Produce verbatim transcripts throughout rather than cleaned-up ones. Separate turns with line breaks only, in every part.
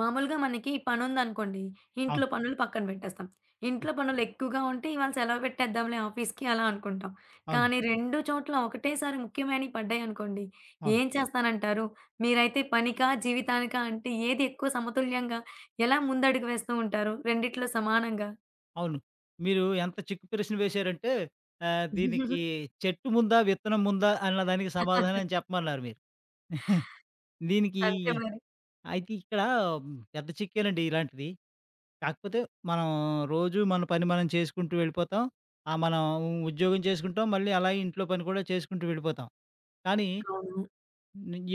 మామూలుగా మనకి పనుందనుకోండి. ఇంట్లో
అవును.
పనులు పక్కన పెట్టేస్తాం.
హ్మ్.
ఇంట్లో పనులు ఎక్కువగా ఉంటే ఇవాళ సెలవు పెట్టేద్దాంలే ఆఫీస్‌కి అలా అనుకుంటాం. కానీ
అవునండి.
రెండు చోట్ల ఒకటేసారి ముఖ్యమైనవి పడ్డాయనుకోండి.
అవును.
ఏం చేస్తానంటారు? మీరైతే పనికా, జీవితానికా అంటే ఏది ఎక్కువ సమతుల్యంగా ఎలా ముందడుగు వేస్తూ ఉంటారు? రెండిట్లో సమానంగా.
అవును. మీరు ఎంత చిక్కు ప్రశ్న వేశారంటే ఆహ్, దీనికి చెట్టు ముందా? విత్తనం ముందా? అన్న దానికి సమాధానం చెప్పమన్నారు మీరు. దీనికి
అంతే మరి.
అయితే ఇక్కడ మ్, పెద్ద చిక్కేనండి ఇలాంటిది. కాకపోతే మనం రోజు మన పని మనం చేసుకుంటూ వెళ్ళిపోతాం. ఆ! మనం ఉద్యోగం చేసుకుంటాం. మళ్ళీ అలాగే ఇంట్లో పని కూడా చేసుకుంటూ వెళ్ళిపోతాం. కానీ
అవును.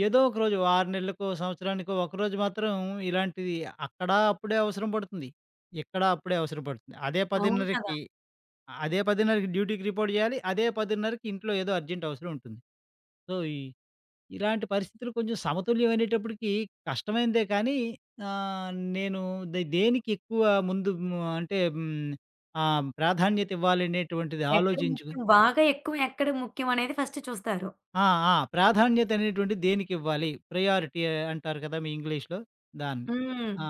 ఏదో ఒక రోజు ఆరు నెలలకో, సంవత్సరానికో ఒకరోజు మాత్రం ఇలాంటిది అక్కడ అప్పుడే అవసరం పడుతుంది. ఇక్కడ అప్పుడే అవసరం పడుతుంది. అదే
అవును కదా!
10:30కి అదే 10:30కి డ్యూటీకి రిపోర్ట్ చేయాలి. అదే 10:30కి ఇంట్లో ఏదో అర్జెంట్ అవసరం ఉంటుంది. సో, ఈ ఇలాంటి పరిస్థితులు కొంచెం సమతుల్యం అనేటప్పటికి కష్టమైనదే కానీ ఆహ్, నేను దె దేనికి ఎక్కువ ముందు ము అంటే హ్మ్, ఆహ్, ప్రాధాన్యత ఇవ్వాలనేటువంటిది
ఎక్కడ
ఆలోచించుకొని
ముఖ్యం బాగా ఎక్కువ ఎక్కడ ముఖ్యం అనేది ఫస్ట్ చూస్తారు.
ఆ! ఆ! ప్రాధాన్యత అనేటువంటిది దేనికివ్వాలి? ప్రయారిటీ అంటారు కదా! మీ ఇంగ్లీష్‌లో దాన్ని.
హ్మ్.
ఆ!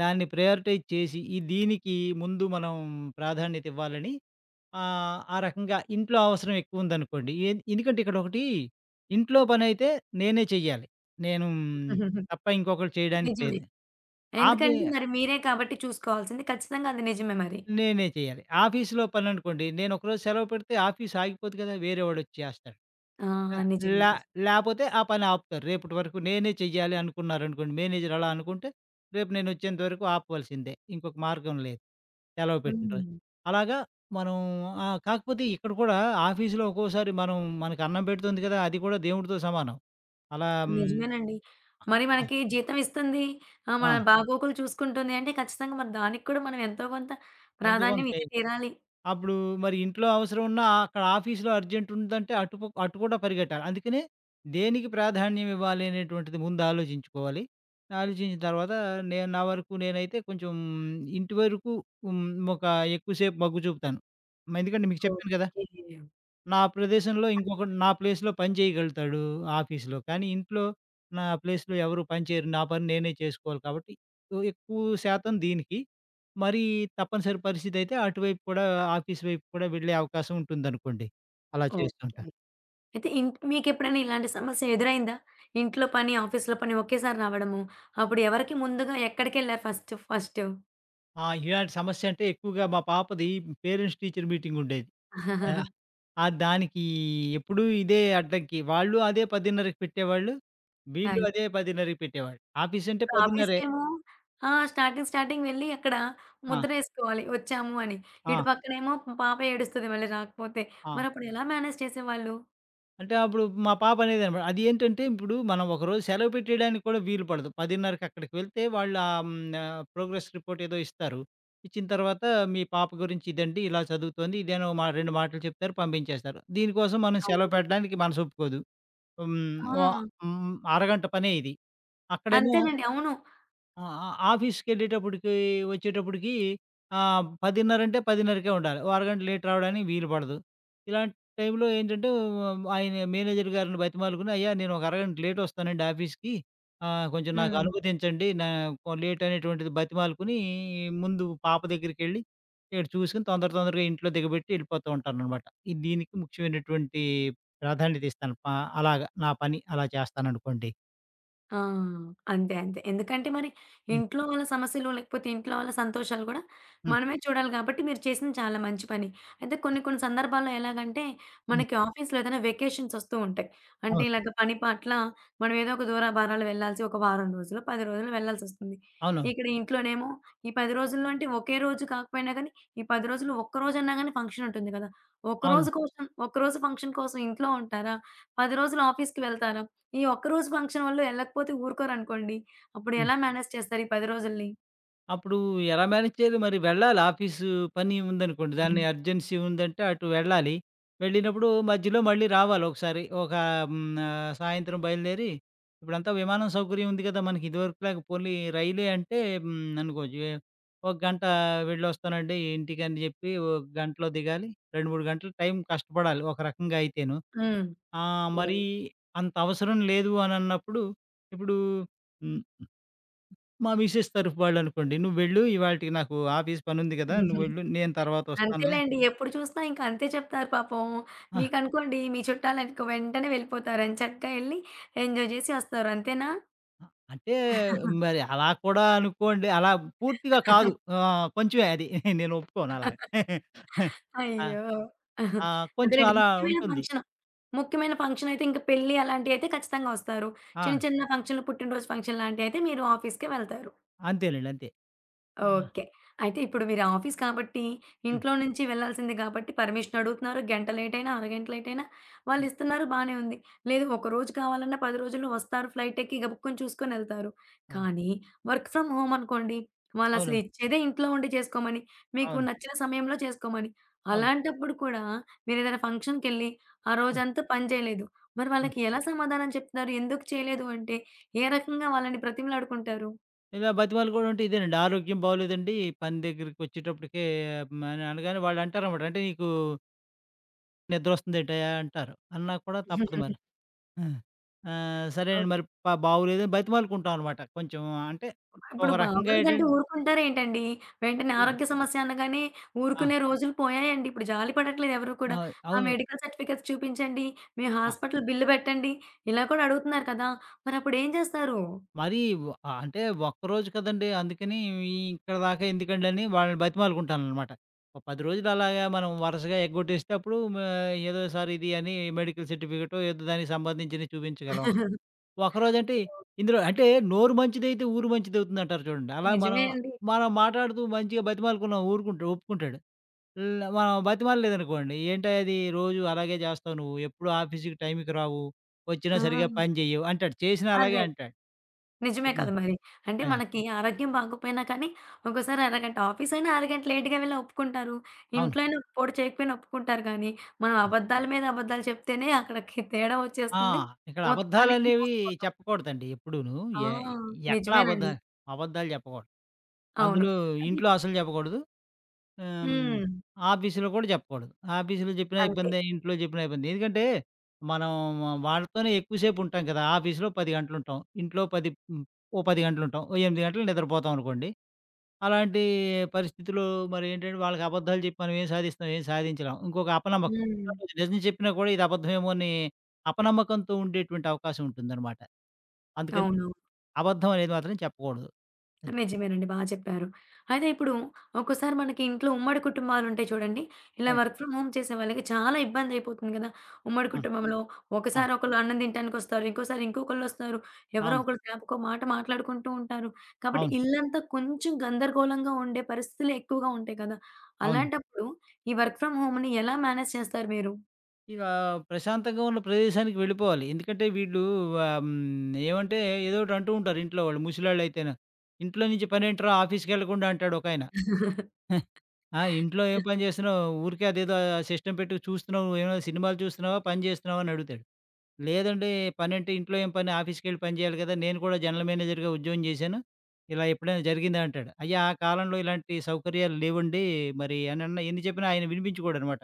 దాన్ని ప్రయారిటైజ్ చేసి, ఈ దీనికి ముందు మనం ప్రాధాన్యత ఇవ్వాలని ఆహ్, ఆ రకంగా ఇంట్లో అవసరం ఎక్కువుందనుకోండి. ఏన్ ఎందుకంటే ఇక్కడొకటి ఇంట్లో పనైతే నేనే చెయ్యాలి. నేను తప్ప ఇంకొకళ్ళు చేయడానికి
నిజమే.
లేదు. ఆఫీ
ఎందుకంటే మరి మీరే కాబట్టి చూసుకోవాల్సింది. ఖచ్చితంగా అది నిజమే మరి.
నేనే చేయాలి. ఆఫీస్‌లో పననుకోండి, నేనొకరోజు సెలవు పెడితే ఆఫీస్ ఆగిపోద్ది కదా! వేరేవాడొచ్చి చేస్తాడు.
ఆ!
లా
నిజమే.
లా
నిజమే.
లాపోతే ఆ పని ఆపుతారు. రేపటి వరకు నేనే చెయ్యాలి అనుకున్నారనుకోండి, మేనేజర్ అలా అనుకుంటే, రేపు నేనొచ్చేంత వరకు ఆపవలసిందే. ఇంకొక మార్గం లేదు. సెలవు పెట్టిన రోజు.
హ్మ్.
అలాగా మనం ఆహ్, కాకపోతే ఇక్కడ కూడా ఆఫీస్‌లో ఒక్కోసారి మనం మనకు అన్నం పెడుతుంది కదా! అది కూడా దేవుడితో సమానం. అలా హ్మ్.
నిజమేనండి. మరి
ఆ!
మనకి జీతం ఇస్తుంది. ఆహ్, మన
ఆ!
బాగోగులు చూసుకుంటుంది అంటే ఖచ్చితంగా మరి దానికి కూడా మనం ఎంతో కొంత
ఎంతో కొంత
ప్రాధాన్యం
చేయ
ఇచ్చి తీరాలి.
అప్పుడు మరి ఇంట్లో అవసరం ఉన్నా అక్కడ ఆఫీస్‌లో అర్జెంట్ ఉందంటే అటు ప అటు కూడా పరిగెట్టాలి. అందుకనే దేనికి ప్రాధాన్యం ఇవ్వాలి అనేటువంటిది ముందు ఆలోచించుకోవాలి. ఆలోచించిన తర్వాత నేను నా వరకు నేనైతే కొంచెం ఇంటి వరకు హ్మ్, ఒక ఎక్కువ సేపు మొగ్గు చూపుతాను. మ- ఎందుకంటే మీకు చెప్పాను కదా!
ఓకే.
నా ప్రదేశంలో ఇంకొకడు నా ప్లేస్‌లో పని చేయగలుగుతాడు ఆఫీస్‌లో. కానీ ఇంట్లో నా ప్లేస్‌లో ఎవరు పని చేయరు. నా పని నేనే చేసుకోవాలి కాబట్టి ఎ ఎక్కువ శాతం దీనికి. మరి తప్పనిసరి పరిస్థితయితే అటువైపు కూడా ఆఫీస్ వైపు కూడా వెళ్ళే అవకాశం ఉంటుందనుకోండి. అలా
ఓకే.
చేస్తూ ఉంటాను.
అయితే ఇంట్ మీకెప్పుడైనా ఇలాంటి సమస్య ఎదురైందా? ఇంట్లో పని, ఆఫీస్‌లో పని ఒకేసారి రావడము. అప్పుడు ఎవరికి ముందుగా ఎక్కడికెళ్లారు ఫస్ట్ ఫస్ట్?
ఆ! ఇలాంటి సమస్య అంటే ఎక్కువగా మా పాపది పేరెంట్స్ టీచర్ మీటింగ్ ఉండేది. ఆహ్, ఆ! దానికి ఎప్పుడూ ఇదే అడ్డంకి. వాళ్ళు అదే 10:30కి పెట్టేవాళ్ళు. వీళ్ళు అదే 10:30కి పెట్టేవాళ్ళు. ఆఫీస్ అంటే పది ముప్పై
ఆఫీస్‌కేమో ఆ! స్టార్టింగ్, స్టార్టింగ్ వెళ్లి అక్కడ
ఆ!
ముద్రేసుకోవాలి వచ్చాము అని.
ఆ!
ఇటు పక్కనేమో పాప ఏడుస్తది మళ్ళీ రాకపోతే.
ఆ!
మరప్పుడు ఎలా మేనేజ్ చేసేవాళ్ళు?
అంటే అప్పుడు మా పాప అనేదనమాట. అది ఏంటంటే, ఇప్పుడు మనం ఒకరోజు సెలవు పెట్టేయడానికి కూడా వీలు పడదు. 10:30కి అక్కడికి వెళ్తే వాళ్ళు ఆహ్, హ్మ్, ఆహ్, ప్రోగ్రెస్ రిపోర్ట్ ఏదో ఇస్తారు. ఇచ్చిన తర్వాత మీ పాప గురించి ఇదండి, ఇలా చదువుతోంది. ఇదేనో మా రెండు మాటలు చెప్తారు, పంపించేస్తారు. దీనికోసం మనం
అవును.
సెలవు పెట్టడానికి మనసొప్పుకోదు. హ్మ్.
ఆ!
వ హ్మ్. అరగంట పనే ఇది. అక్కడేమో
అంతేనండి. అవును.
ఆ! ఆ! ఆఫీస్‌కెళ్ళేటప్పటికి వచ్చేటప్పటికి ఆహ్, పది ముప్పై అంటే 10:30కే ఉండాలి. ఓ అరగంట లేట్ రావడానికి వీలు పడదు. ఇలాంటి టైంలో ఏంటంటే ఉమ్, ఆయన మేనేజర్ గారిని బతిమాలుకుని, "అయ్యా! నేను ఒక అరగంట లేట్ వస్తానండి ఆఫీస్‌కి. ఆహ్, కొంచెం నాకు
హ్మ్.
అనుమతించండి." నా లేట్ అనేటువంటిది బతిమాలుకుని ముందు పాప దగ్గరికెళ్ళి, ఇక్కడ చూసుకొని తొందర తొందరగా ఇంట్లో దిగబెట్టి వెళ్ళిపోతూ ఉంటాననమాట. ఇది దీనికి ముఖ్యమైనటువంటి ప్రాధాన్యత ఇస్తాను. ప అలాగా నా పని అలా చేస్తాననుకోండి.
ఆ! అంతే. అంతే. ఎందుకంటే మరి
హ్మ్.
ఇంట్లో వాళ్ళ సమస్యలు, లేకపోతే ఇంట్లో వాళ్ళ సంతోషాలు గూడా
హ్మ్.
మనమే చూడాలి గాబట్టి, మీరు చేసింది చాలా మంచి పని. అయితే కొన్ని కొన్ని సందర్భాల్లో ఎలాగంటే,
హ్మ్.
మనకి ఆఫీస్‌లో ఏదైనా వెకేషన్స్ ఒస్తూ ఉంటాయి. అంటే
అవును.
ఇలాగ పని పట్ల మనం ఏదో ఒక దూరాభారాలు వెళ్ళాల్సి ఒక వారం రోజులు, పది రోజులు వెళ్ళాల్సొస్తుంది.
అవునవును.
ఇక్కడ ఇంట్లోనేమో ఈ పది రోజుల్లో అంటే ఒకే రోజు కాకపోయినా గానీ, ఈ పది రోజులు ఒక్కరోజన్నా గానీ ఫంక్షన్ ఉంటుంది గదా!
అవును.
ఒక్కరోజు కోసం ఒక్కరోజు ఫంక్షన్ కోసం ఇంట్లో ఉంటారా? పది రోజులు ఆఫీస్‌కి వెళ్తారా? ఈ ఒక్క రోజు ఫంక్షన్ వల్ల ఎళ్ళకపోతే ఊరుకోరనుకోండి. అప్పుడు
హ్మ్.
ఎలా మేనేజ్ చేస్తారు ఈ పది రోజుల్ని?
అప్పుడు ఎలా మేనేజ్ చేయాలి మరి? వెళ్ళాలి ఆఫీసు పని ఉందనుకోండి. దాన్ని అర్జెన్సీ ఉందంటే అటు వెళ్ళాలి. వెళ్ళినప్పుడు మధ్యలో మళ్ళీ రావాలి ఒకసారి. ఒక హ్మ్, ఆహ్, సాయంత్రం బయలుదేరి ఇప్పుడంతా విమానం సౌకర్యం ఉంది కదా! మనకి ఇదివరకులాగా పోన్లీ రైలే అంటే హ్మ్, అనుకోవచ్చు. ఏ ఒక గంట వెళ్ళొస్తానండి ఇంటికని చెప్పి ఒక గంటలో దిగాలి. రెండు, మూడు గంటలు టైం కష్టపడాలి ఒక రకంగా అయితేను.
హుహు. హ్మ్.
ఆహ్, మరి అంత అవసరం లేదు అనన్నప్పుడు ఇప్పుడు హ్మ్. మా మిసెస్ తరఫు వాళ్ళనుకోండి. "నువ్వెళ్ళు ఇవాల్టికి నాకు ఆఫీస్ పనుంది గదా! నువ్వెళ్ళు నేను తర్వాతొస్తానులే."
అంతేలేండి. ఎప్పుడు చూసినా ఇంక అంతే చెప్తారు పాపం.
ఆ!
మీకనుకోండి మీ చుట్టాలనుకో వెంటనే వెళ్ళిపోతారని చక్కగా ఎళ్లి ఎంజాయ్ చేసి వస్తారు. అంతేనా?
అంటే మరి అలా కూడా అనుకోండి. అలా పూర్తిగా కాదు. ఆహ్, కొంచెమే అది. నేను ఒప్పుకోను అలా. ఆ!
అయ్యో!
ఆ! కొంచెం
అదేలెండి.
అలా
ముఖ్యమైన
ఉంటుంది.
ఫంక్షన్, ముఖ్యమైన ఫంక్షన్ అయితే ఇంక పెళ్లి అలాంటియయితే ఖచ్చితంగా వస్తారు.
ఆ!
చిన్న చిన్న ఫంక్షన్‌లు పుట్టినరోజు ఫంక్షన్ లాంటియయితే మీరు ఆఫీస్‌కే వెళ్తారు.
అంతేనండి. అంతే. ఆ!
ఓకే. అయితే ఇప్పుడు మీరు ఆఫీస్ కాబట్టి,
హ్మ్.
ఇంట్లో నుంచి వెళ్ళాల్సిందే కాబట్టి పర్మిషన్ అడుగుతున్నారు. గంట లేటయినా, అరగంట లేటయినా
హ్మ్.
వాళ్ళిస్తున్నారు బానే ఉంది. లేదు ఒక రోజు కావాలన్నా పది రోజుల్లో వస్తారు ఫ్లైట్ ఎక్కి గబుక్కున చూసుకొనెళ్తారు.
ఆ!
కానీ వర్క్ ఫ్రమ్ హోమ్ అనుకోండి, వాళ్ళసలు
అవును.
ఇచ్చేదే ఇంట్లో ఉండి చేసుకోమని, మీకు
అవును.
నచ్చిన సమయంలో చేసుకోమని.
అవును.
అలాంటప్పుడు కూడా మీరేదైనా ఫంక్షన్‌కెళ్ళి ఆ
అవును.
రోజంతా పని చేయలేదు. మరి
అవును.
వాళ్ళకి ఎలా సమాధానం చెప్తున్నారు? ఎందుకు చేయలేదు అంటే, ఏ రకంగా వాళ్ళని బ్రతిమలాడుకుంటారు?
ఇలా బతిమాలుకోవడమంటే ఇదేనండి. "ఆరోగ్యం బాలేదండి. పని దగ్గరికొచ్చేటప్పటికే హ్మ్" అని అనగానే వాళ్ళంటారనమాట. "అంటే నీకు నిద్రొస్తుందేంటయ్యా" అంటారు. అన్నా కూడా తప్పదు మరి. ఆ! ఆహ్, సరే అండి. మరి ప బాగోలేదని బతిమాలుకుంటాం అనమాట. కొంచెం అంటే
ఇప్పుడు
ఒక రకంగా
బాగోలేదంటే
ఏంటంటే
ఊరుకుంటారేంటండి? వెంటనే ఆరోగ్య సమస్య అనగానే
ఆ!
ఊరుకునే రోజులు పోయాయండి. ఇప్పుడు జాలి పడట్లేదు ఎవరు కూడా.
ఆ!
ఆ
అవును.
మెడికల్ సర్టిఫికేట్స్ చూపించండి, మీ
ఆ!
హాస్పిటల్ బిల్లు పెట్టండి, ఇలా కూడా అడుగుతున్నారు కదా! మరప్పుడేం చేస్తారు?
మరీ వ అంటే ఒక్కరోజు కదండీ. అందుకని ఈ ఇక్కడ దాకా ఎందుకండి అని వాళ్ళని బతిమాలుకుంటాననమాట. ఒక పది రోజులు అలాగా మనం వరుసగా ఎగ్గొట్టేస్తే అప్పుడు మ ఏదో సార్ ఇది అని మెడికల్ సర్టిఫికేటో ఏదో దానికి సంబంధించినవి చూపించగలం. ఒకరోజంటే ఇందులో అంటే నోరు మంచిదైతే ఊరు మంచిదవుతుందంటారు చూడండి. అలా మనం
నిజమే అండి.
మనం మాటాడుతూ మంచిగా బతిమాలుకున్నాం ఊరుకుంటా ఒప్పుకుంటాడు. ల్ మనం బతిమాలలేదనుకోండి. "ఏంటయ్యా ఇది రోజు అలాగే జేస్తావు నువ్వు. ఎప్పుడు ఆఫీస్‌కి టైంకి రావు. వచ్చినా
ఆ!
సరిగ్గా పని జెయ్యవు" అంటాడు. చేసినా అలాగే
అదే.
అంటాడు.
నిజమే
అది.
కదా మరి. అంటే
అదే.
మనకి ఆరోగ్యం బాగోపోయినా కానీ ఒక్కోసారి అరగంట ఆఫీస్ అయినా అరగంట లేట్‌గా వెళ్ళినా ఒప్పుకుంటారు.
అవును.
ఇంట్లో అయినా పూట చేయకపోయినా ఒప్పుకుంటారు కానీ, మనం
అవును.
అబద్దాల మీద అబద్దాలు చెప్తేనే అక్కడికి తేడా
ఆ!
వచ్చేస్తుంది.
ఇక్కడ
మొత్తానికి
అబద్ధాలనేవి
మోసపోతాం.
చెప్పకూడదండి ఎప్పుడూను.
ఆ!
ఎ ఎక్కడా అబద్ధ
నిజమేనండి.
అబద్ధాలు జెప్పకూడదు.
అవును.
అందులో
అది
ఇంట్లో అసలు జెప్పకూడదు. ఆహ్, హ్మ్.
హ్మ్.
ఆఫీస్‌లో కూడా చెప్పకూడదు. ఆఫీస్‌లో చెప్పినా
అంతే.
ఇబ్బందే, ఇంట్లో చెప్పినా ఇబ్బందే. ఎందుకంటే, మనం వాళ్ళతోనే ఎక్కువ సేపు ఉంటాం కదా! ఆఫీస్‌లో పది గంటలుంటాం. ఇంట్లో పది హ్మ్, ఓ పది గంటలుంటాం. ఓ ఎనిమిది గంటలు నిద్రపోతాం అనుకోండి. అలాంటి పరిస్థితిలో మరేంటంటే, వాళ్ళకి అబద్ధాలు చెప్పి మనం ఏం సాధిస్తాం? ఏం సాధించలేం. ఇంకొక అపనమ్మకం.
హ్మ్.
నిజం చెప్పినా కూడా ఇది అబద్ధమేమో అని అపనమ్మకంతో ఉండేటువంటి అవకాశం ఉంటుందనమాట. అందుకని
అవును.
అబద్ధం అనేది మాత్రం చెప్పకూడదు. అది.
నిజమేనండి. బా చెప్పారు. అయితే ఇప్పుడు ఒక్కోసారి మనకి ఇంట్లో ఉమ్మడి కుటుంబాలుంటాయి చూడండి. ఇలా
అవును.
వర్క్ ఫ్రమ్ హోమ్ చేసే వాళ్ళకి చాలా ఇబ్బందయిపోతుంది గదా! ఉమ్మడి
అవును.
కుటుంబంలో
ఆ!
ఒకసారి ఒకళ్ళు అన్నం తినటానికొస్తారు. ఇంకోసారి ఇంకొకళ్ళొస్తారు. ఎవరో
అవును.
ఒకళ్ళు సేపకో మాట మాట్లాడుకుంటూ ఉంటారు. కాబట్టి
అవును.
ఇల్లంతా కొంచెం గందరగోళంగా ఉండే పరిస్థితులు ఎక్కువగా ఉంటాయి కదా!
అవును.
అలాంటప్పుడు ఈ వర్క్ ఫ్రమ్ హోమ్‌ని ఎలా మేనేజ్ చేస్తారు మీరు?
ఇక ప్రశాంతంగా ఉన్న ప్రదేశానికి వెళ్ళిపోవాలి. ఎందుకంటే వీళ్ళు ఆహ్, హ్మ్, ఏమంటే ఏదో ఒకటి అంటూ ఉంటారు ఇంట్లో వాళ్ళు ముసలోళ్ళైతేను. "ఇంట్లో నుంచి పనేంట్రా ఆఫీస్‌కెళ్ళకుండా" అంటాడు ఒకాయన. ఆ! ఇంట్లో ఏం పని చేస్తున్నావు? ఊరికే అదేదో సిస్టమ్ పెట్టి చూస్తున్నావు. నువ్వు ఏమైనా సినిమాలు చూస్తున్నావా? పని చేస్తున్నావా? అని అడుగుతాడు. లేదండి పనంటే ఇంట్లో ఏం పని ఆఫీస్‌కెళ్ళి పని చేయాలి కదా! నేను కూడా జనరల్ మేనేజర్‌గా ఉద్యోగం చేశాను. ఇలా ఎప్పుడైనా జరిగిందా అంటాడు. అయ్యా! ఆ కాలంలో ఇలాంటి సౌకర్యాలు లేవండి మరి అని అన్న ఎన్ని చెప్పినా ఆయన వినిపించుకోడనమాట.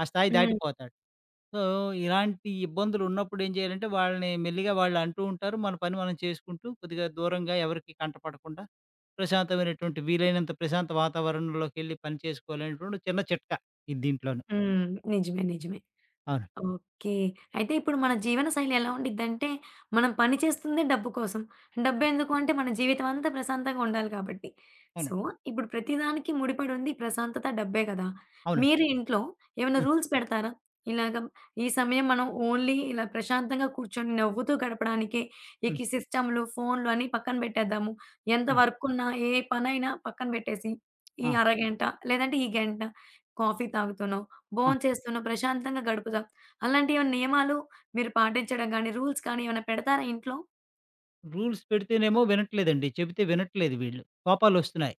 ఆ స్థాయి
హ్మ్.
దాటిపోతాడు. సో, ఇలాంటి ఇబ్బందులున్నప్పుడు ఏం చేయాలంటే, వాళ్ళని మెల్లిగా వాళ్ళు అంటూ ఉంటారు. మన పని మనం చేసుకుంటూ, కొద్దిగా దూరంగా ఎవరికీ కంటపడకుండా, ప్రశాంతమైనటువంటి వీలైనంత ప్రశాంత వాతావరణంలోకెళ్ళి పని చేసుకోవాలనేటువంటి చిన్న చిట్కా ఇది దీంట్లోను.
హ్మ్. నిజమే. నిజమే.
అవును.
ఓకే. అయితే ఇప్పుడు మన జీవన శైలి ఎలా ఉండిద్దంటే, మనం పని చేస్తుంది డబ్బు కోసం. డబ్బెందుకు అంటే మన జీవితం అంతా ప్రశాంతంగా ఉండాలి కాబట్టి. సో,
అవునండి.
ఇప్పుడు ప్రతిదానికి ముడిపడుంది ప్రశాంతత డబ్బే కదా!
అవునండి.
మీరు ఇంట్లో ఏమైనా
హ్మ్.
రూల్స్ పెడతారా? ఇలాగ ఈ సమయం మనం ఓన్లీ ఇలా ప్రశాంతంగా కూర్చొని నవ్వుతూ గడపడానికే ఇక
హ్మ్.
ఈ సిస్టమ్‌లు, ఫోన్‌లు అని పక్కన పెట్టేద్దాము. ఎంత
అవునండి.
వర్కున్నా, ఏ పనైనా పక్కన పెట్టేసి, ఈ
ఆ!
అరగంట లేదంటే ఈ గంట కాఫీ తాగుతూనో,
ఆ!
భోంచేస్తూనో ప్రశాంతంగా గడుపుదాం. అలాంటి ఏమైనా నియమాలు మీరు పాటించడం గాని, రూల్స్ కానీ ఏమైనా పెడతారా ఇంట్లో?
రూల్స్ పెడితేనేమో వినట్లేదండి. చెబితే వినట్లేదు వీళ్ళు. కోపాలొస్తున్నాయి.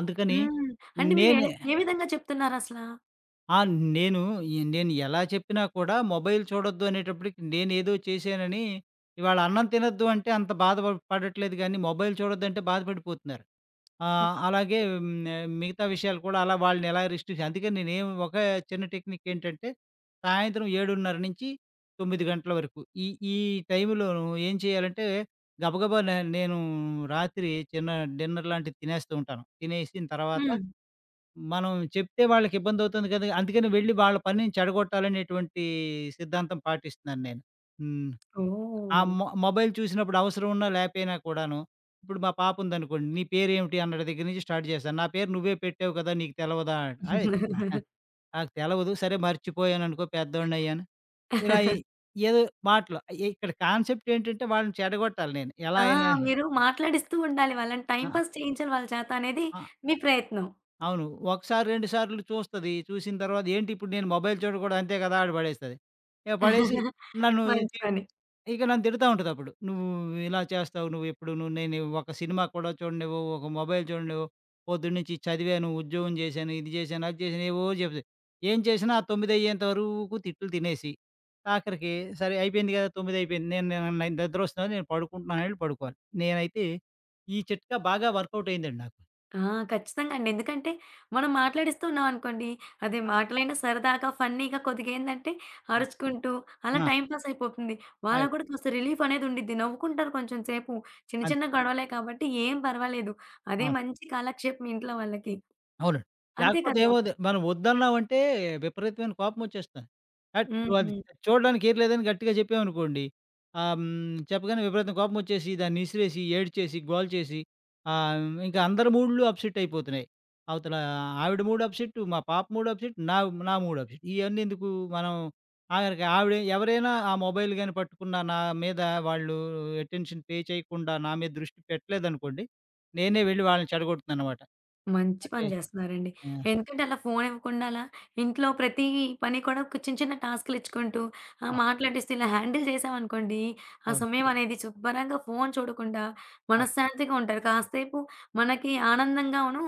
అందుకని
హ్మ్. అంటే మీరు ఏ
నేనే
ఏ విధంగా చెప్తున్నారసలా?
ఆ! నేను ఈ నేను ఎలా చెప్పినా కూడా మొబైల్ చూడొద్దు అనేటప్పటికి నేనేదో చేశానని ఇవాళ అన్నం తినొద్దు అంటే అంత బాధ ప పడట్లేదు గానీ, మొబైల్ చూడొద్దంటే బాధపడిపోతున్నారు.
హ్మ్.
ఆహ్, అలాగే హ్మ్, మిగతా విషయాలు కూడా అలా వాళ్ళని ఎలా రిస్ట్రిక్ట్ అందుకని నేనేం ఒక చిన్న టెక్నిక్ ఏంటంటే, సాయంత్రం ఏడు ముప్పై నుంచి తొమ్మిది గంటల వరకు ఈ ఈ టైంలో ఏం చేయాలంటే, గబగబా నే నేను రాత్రి చిన్న డిన్నర్ లాంటిది తినేస్తూ ఉంటాను. తినేసిన తర్వాత
హ్మ్.
మనం చెప్తే వాళ్ళకిబ్బందవుతుంది కదా! అందుకని వెళ్లి వాళ్ళ పనిని చెడగొట్టాలనేటువంటి సిద్ధాంతం పాటిస్తున్నాను నేను. హ్మ్. ఆ
ఓహ్!
మొ మొబైల్ చూసినప్పుడు అవసరం ఉన్నా లేపోయినా కూడాను, ఇప్పుడు మా పాప ఉందనుకోండి, "నీ పేరేమిటి?" అన్నడ దగ్గర నుంచి స్టార్ట్ చేశాను. "నా పేరు నువ్వే పెట్టావు కదా! నీకు తెలవదా?" "అయ్ నాహా! నాకు తెలవదు. సరే మర్చిపోయాననుకో పెద్దోడినయ్యాను." ఇలా ఎ ఏదో మాటలు. అయ్య, ఇక్కడ కాన్సెప్ట్ ఏంటంటే వాళ్ళని చెడగొట్టాలి నేను. ఎలా
ఆ!
అయినా
మీరు మాట్లాడిస్తూ ఉండాలి వాళ్ళని. టైమ్
ఆ!
పాస్ చేయించాలి వాళ్ళ చేత అనేది
ఆ!
మీ ప్రయత్నం.
అవును. ఒకసారి, రెండు సార్లు చూస్తది. చూసిన తర్వాత ఏంటి ఇప్పుడు నేను మొబైల్ చూడకూడదు అంతే కదా! అని పడేస్తది. ఇక పడేసి నన్ను
మంచి
తి
పని.
ఇక నన్ను తిడతా ఉంటదప్పుడు. "నువ్వు ఇలా చేస్తావు. నువ్వెప్పుడూను నేను ఒక సినిమా కూడా చూడనివ్వవు. ఒక మొబైల్ చూడనివ్వవు. పొద్దున్నుంచి చదివాను, ఉద్యోగం చేశాను, ఇది చేశాను, అది చేశాను" ఏవేవో చెప్తది. ఏం చేసినా ఆ తొమ్మిది అయ్యేంత వరకు తిట్లు తినేసి, ఆఖరికి సరే అయిపోయింది కదా! తొమ్మిది అయిపోయింది. నేను నేను నిద్రొస్తుంది. నేను పడుకుంటున్నాను అని పడుకోవాలి. నేనైతే ఈ చిట్కా బాగా వర్కౌట్ అయిందండి నాకు.
ఆ! ఖచ్చితంగా అండి. ఎందుకంటే మనం మాట్లాడిస్తున్నాం అనుకోండి, అది మాటలైనా సరదాగా, ఫన్నీగా కొద్దిగా ఏందంటే
ఆ!
అరుచుకుంటూ అలా
ఆ!
టైమ్ పాస్ అయిపోతుంది.
అయ్
వాళ్ళకి కూడా కాస్త రిలీఫ్ అనేది ఉండిద్ది. నవ్వుకుంటారు కొంచెం సేపు. చిన్న చిన్న
అంతే.
గొడవలే కాబట్టి ఏం పర్వాలేదు. అదే
ఆ!
మంచి కాలక్షేపం ఇంట్లో వాళ్ళకి.
అవునండి.
అంతే
లేకపోతే
కదా!
ఏమవుద్ది మనం వద్దన్నామంటే విపరీతమైన కోపమొచ్చేస్తుంది. అట్ నువ్వది
హ్మ్.
చూడడానికి ఏం లేదని గట్టిగా చెప్పామనుకోండి. ఆహ్, హ్మ్. చెప్పగానే విపరీతం కోపమొచ్చేసి, దాన్ని ఇసిరేసి, ఏడ్చేసి, గోల చేసి ఆహ్, ఇంకా అందరి మూడ్‌లు అప్‌సెట్ అయిపోతున్నాయి. అవతల ఆవిడ మూడ్ అప్‌సెట్, మా పాప మూడ్ అప్‌సెట్, నా నా మూడ్ అప్‌సెట్. ఇయన్నీ ఎందుకు మనం ఆఖరికి ఆవిడ ఎవరైనా ఆ మొబైల్ గాని పట్టుకున్నా నా మీద వాళ్ళు అటెన్షన్ పే చేయకుండా నా మీద దృష్టి పెట్టలేదనుకోండి, నేనే వెళ్లి వాళ్ళని చెడగొడుతున్నాననమాట.
మంచి
అంటే
పని జేస్తున్నారండి.
ఆ!
ఎందుకంటే అలా ఫోను ఇవ్వకుండా అలా ఇంట్లో ప్రతి పని కూడా ఒక చిన్న చిన్న టాస్కులిచ్చుకుంటూ ఆహ్,
ఆ!
మాట్లాడిస్తూ ఇలా హ్యాండిల్ చేశామనుకోండి, ఆ
అవును.
సమయం అనేది శుభ్రంగా ఫోను చూడకుండా
అవును.
మనశ్శాంతిగా ఉంటారు. కాసేపు మనకి ఆనందంగాను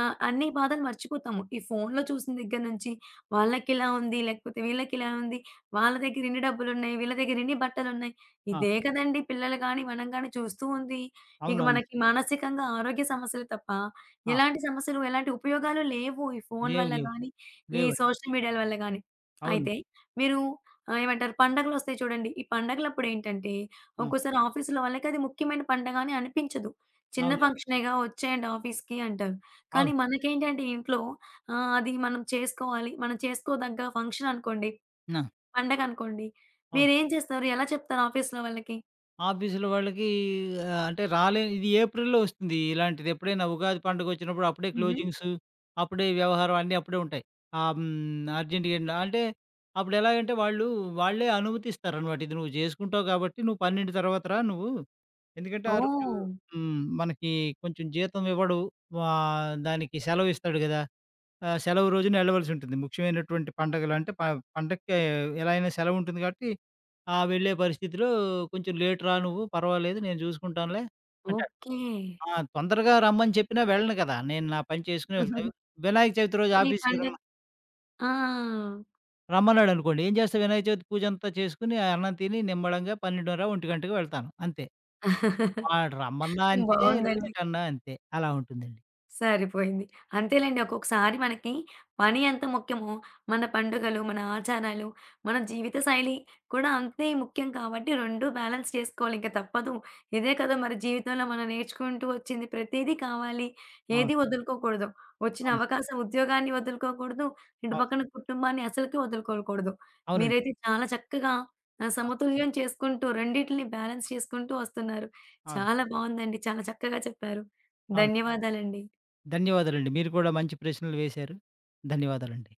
ఆహ్, అన్ని బాధలు మర్చిపోతాము. ఈ ఫోనులో చూసిన దగ్గర నుంచి వాళ్ళకిలా ఉంది, లేకపోతే వీళ్ళకిలా ఉంది, వాళ్ళ దగ్గర ఇన్ని డబ్బులున్నాయి, వీళ్ళ దగ్గర ఇన్ని బట్టలున్నాయి.
ఆ!
ఇదే కదండీ పిల్లలు గాని, మనం గాని చూస్తూ ఉంది. ఇక
అవునవును.
మనకి మానసికంగా ఆరోగ్య సమస్యలు తప్ప
ఆ!
ఎలాంటి సమస్యలు, ఎలాంటి ఉపయోగాలు లేవు. ఈ ఫోను
లేవు.
వల్ల
లేవు.
గాని, ఈ
లేవండి.
సోషల్ మీడియాల వల్ల గాని.
అవును.
అయితే మీరు ఆహ్, ఏమంటారు పండగలొస్తాయి చూడండి. ఈ
ఆ!
పండగలప్పుడేంటంటే
ఆ!
ఒక్కోసారి ఆఫీసులో వాళ్ళకది ముఖ్యమైన పండగ అని అనిపించదు. చిన్న
అవునవును.
ఫంక్షనేగా వచ్చేయండి ఆఫీస్‌కి అంటారు. కానీ
అవును.
మనకేంటంటే ఇంట్లో ఆహ్, అది మనం చేసుకోవాలి. మనం చేసుకోదగ్గ ఫంక్షన్ అనుకోండి,
నా
పండగ అనుకోండి.
అవును.
మీరేం చేస్తారు? ఎలా చెప్తారు ఆఫీస్‌లో వాళ్ళకి?
ఆఫీసులో వాళ్ళకి ఆహ్, అంటే రాలే ఇది ఏప్రిల్‌లో వస్తుంది. ఇలాంటిది ఎప్పుడైనా ఉగాది పండుగొచ్చినప్పుడు అప్పుడే
హుహు.
క్లోజింగ్స్, అప్పుడే వ్యవహారం అన్నీ అప్పుడే ఉంటాయి. ఆహ్, హ్మ్. అర్జెంట్‌గా ఎండ్ అంటే అప్పుడెలాగంటే వాళ్ళు వాళ్ళే అనుమతిస్తారనమాట. ఇది నువ్వు చేసుకుంటావు కాబట్టి నువ్వు పన్నెండు తర్వాత రా నువ్వు. ఎందుకంటే ఆ రోజు
ఓహ్!
హ్మ్. మనకి కొంచెం జీతం ఇవ్వడు. ఆహ్, దానికి సెలవిస్తాడు గదా! ఆహ్, సెలవు రోజున వెళ్ళవలసుంటుంది. ముఖ్యమైనటువంటి పండగలు అంటే ప పండక్కి ఎలా అయినా సెలవుంటుంది కాబట్టి, ఆ! వెళ్ళే పరిస్థితిలో "కొంచెం లేట్ రా నువ్వు పర్వాలేదు నేను చూసుకుంటానులే" అంటాడు.
ఓకే.
ఆ! తొందరగా రమ్మని చెప్పినా వెళ్ళను కదా! నేను నా పని చేసుకుని వెళ్తా. వినాయక చవితి రోజు
మీ
ఆఫీస్‌కి
పండగ
రమ్మ
ఆ!
రమ్మన్నాడనుకోండి. ఏం చేస్తా వినాయక చవితి పూజంతా చేసుకొని, అన్నం తిని నిమ్మళంగా పన్నెండు ముప్పై, ఒంటి వెళ్తాను అంతే. వాడు రమ్మన్నా అంతే,
బావుందండి.
లేటన్నా అంతే. అలా ఉంటుందండి.
సరిపోయింది. అంతేలెండి. ఒక్కొక్కసారి మనకి పని ఎంత ముఖ్యమో, మన పండుగలు, మన ఆచారాలు, మన జీవిత శైలి కూడా అంతే ముఖ్యం కాబట్టి రెండూ బ్యాలెన్స్ చేసుకోవాలి. ఇంక తప్పదు. ఇదే కదా మరి జీవితంలో మనం నేర్చుకుంటూ వచ్చింది. ప్రతీదీ కావాలి.
అవును.
ఏది వదులుకోకూడదు. వచ్చిన
అవును.
అవకాశం ఉద్యోగాన్ని వదులుకోకూడదు. ఇటు
అవును.
పక్కన కుటుంబాన్ని అసలుకి వదులుకోకూడదు.
అవునండి.
మీరైతే చాలా చక్కగా ఆహ్,
ఆ!
సమతుల్యం చేసుకుంటూ రెండిటిని బ్యాలెన్స్ చేసుకుంటూ వస్తున్నారు.
అవును.
చాలా బావుందండి. చాలా చక్కగా చెప్పారు.
అవును.
ధన్యవాదాలండి.
ధన్యవాదాలండి. మీరు కూడా మంచి ప్రశ్నలు వేశారు. ధన్యవాదాలండి.